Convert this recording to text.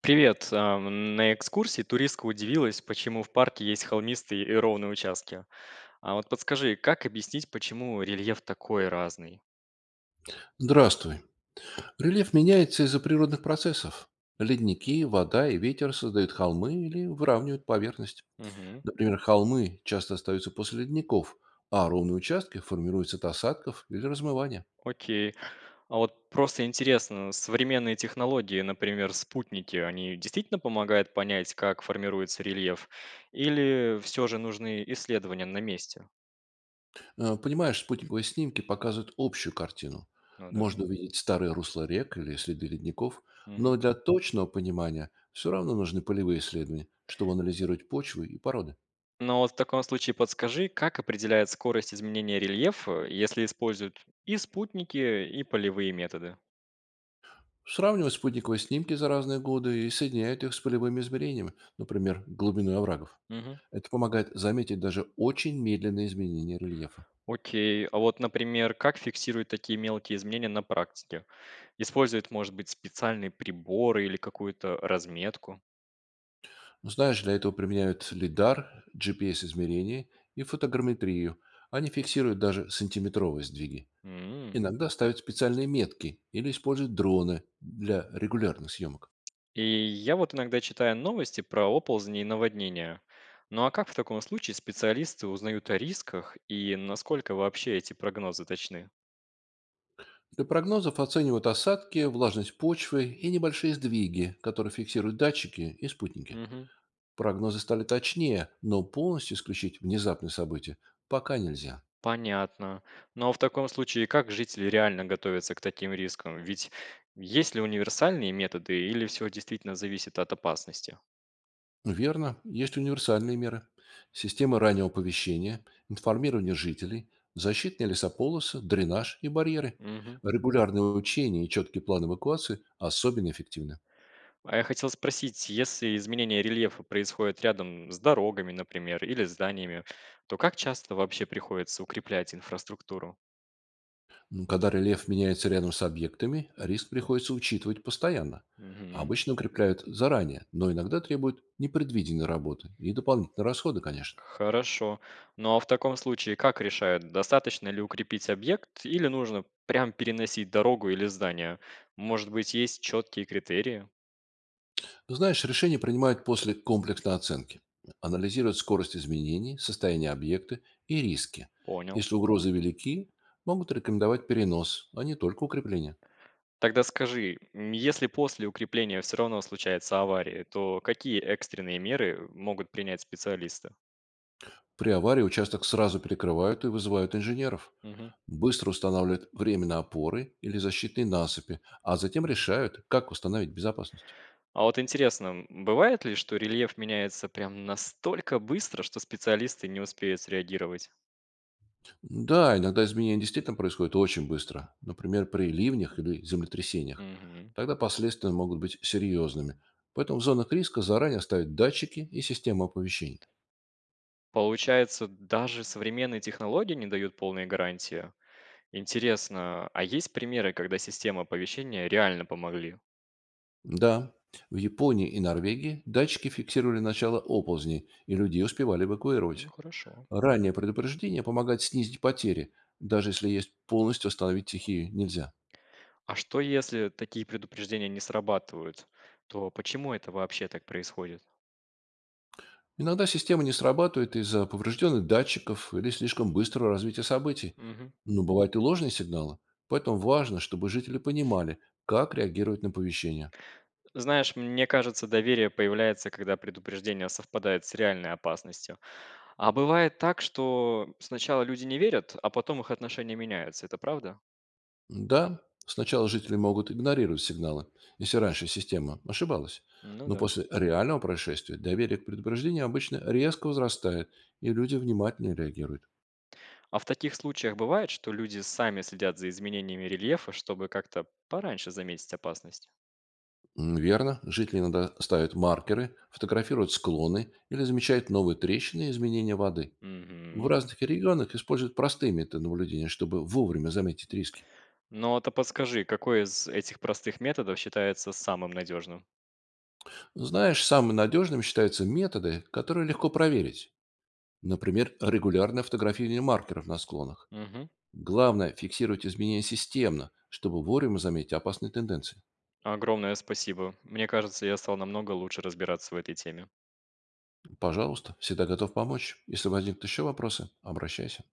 Привет. На экскурсии туристка удивилась, почему в парке есть холмистые и ровные участки. А вот подскажи, как объяснить, почему рельеф такой разный? Здравствуй. Рельеф меняется из-за природных процессов. Ледники, вода и ветер создают холмы или выравнивают поверхность. Мгм. Например, холмы часто остаются после ледников, а ровные участки формируются от осадков или размывания. Окей. А вот просто интересно, современные технологии, например, спутники, они действительно помогают понять, как формируется рельеф? Или все же нужны исследования на месте? Понимаешь, спутниковые снимки показывают общую картину. Ну да. Можно увидеть старые русла рек или следы ледников, Мгм. но для точного понимания все равно нужны полевые исследования, чтобы анализировать почвы и породы. Но вот в таком случае подскажи, как определяет скорость изменения рельефа, если используют и спутники, и полевые методы? Сравнивают спутниковые снимки за разные годы и соединяют их с полевыми измерениями, например, глубиной оврагов. Мгм. Это помогает заметить даже очень медленные изменения рельефа. Окей. А вот, например, как фиксируют такие мелкие изменения на практике? Используют, может быть, специальные приборы или какую-то разметку? Ну, знаешь, для этого применяют лидар, GPS-измерения и фотограмметрию. Они фиксируют даже сантиметровые сдвиги. М. Иногда ставят специальные метки или используют дроны для регулярных съемок. И я вот иногда читаю новости про оползни и наводнения. Ну а как в таком случае специалисты узнают о рисках и насколько вообще эти прогнозы точны? Для прогнозов оценивают осадки, влажность почвы и небольшие сдвиги, которые фиксируют датчики и спутники. Мгм. Прогнозы стали точнее, но полностью исключить внезапные события пока нельзя. Понятно. Но в таком случае как жители реально готовятся к таким рискам? Ведь есть ли универсальные методы или все действительно зависит от опасности? Верно, есть универсальные меры. Системы раннего оповещения, информирование жителей, защитные лесополосы, дренаж и барьеры. Мгм. Регулярные учения и четкий план эвакуации особенно эффективны. А я хотел спросить, если изменение рельефа происходит рядом с дорогами, например, или зданиями, то как часто вообще приходится укреплять инфраструктуру? Когда рельеф меняется рядом с объектами, риск приходится учитывать постоянно. Мгм. Обычно укрепляют заранее, но иногда требуют непредвиденной работы и дополнительные расходы, конечно. Хорошо. Ну а в таком случае как решают, достаточно ли укрепить объект или нужно прям переносить дорогу или здание? Может быть, есть четкие критерии? Ты знаешь, решение принимают после комплексной оценки. Анализируют скорость изменений, состояние объекта и риски. Понял. Если угрозы велики, могут рекомендовать перенос, а не только укрепление. Тогда скажи, если после укрепления все равно случается авария, то какие экстренные меры могут принять специалисты? При аварии участок сразу перекрывают и вызывают инженеров. Мгм. Быстро устанавливают временные опоры или защитные насыпи, а затем решают, как установить безопасность. А вот интересно, бывает ли, что рельеф меняется прям настолько быстро, что специалисты не успеют среагировать? Да, иногда изменения действительно происходят очень быстро. Например, при ливнях или землетрясениях. Мгм. Тогда последствия могут быть серьезными. Поэтому в зонах риска заранее ставят датчики и систему оповещения. Получается, даже современные технологии не дают полной гарантии. Интересно, а есть примеры, когда системы оповещения реально помогли? Да, в Японии и Норвегии датчики фиксировали начало оползней, и людей успевали эвакуировать. Ну, хорошо. Раннее предупреждение помогает снизить потери, даже если есть полностью остановить стихию нельзя. А что, если такие предупреждения не срабатывают? То почему это вообще так происходит? Иногда система не срабатывает из-за поврежденных датчиков или слишком быстрого развития событий. Мгм. Но бывают и ложные сигналы. Поэтому важно, чтобы жители понимали, как реагировать на оповещения. Знаешь, мне кажется, доверие появляется, когда предупреждение совпадает с реальной опасностью. А бывает так, что сначала люди не верят, а потом их отношения меняются. Это правда? Да, сначала жители могут игнорировать сигналы, если раньше система ошибалась. Ну Но да. после реального происшествия доверие к предупреждению обычно резко возрастает, и люди внимательнее реагируют. А в таких случаях бывает, что люди сами следят за изменениями рельефа, чтобы как-то пораньше заметить опасность? Верно, жители иногда ставят маркеры, фотографируют склоны или замечают новые трещины и изменения воды. В Угу. разных регионах используют простые методы наблюдения, чтобы вовремя заметить риски. Но то подскажи, какой из этих простых методов считается самым надежным? Знаешь, самыми надежными считаются методы, которые легко проверить. Например, регулярное фотографирование маркеров на склонах. Главное – фиксировать изменения системно, чтобы вовремя заметить опасные тенденции. Огромное спасибо. Мне кажется, я стал намного лучше разбираться в этой теме. Пожалуйста, всегда готов помочь. Если возникнут еще вопросы, обращайся.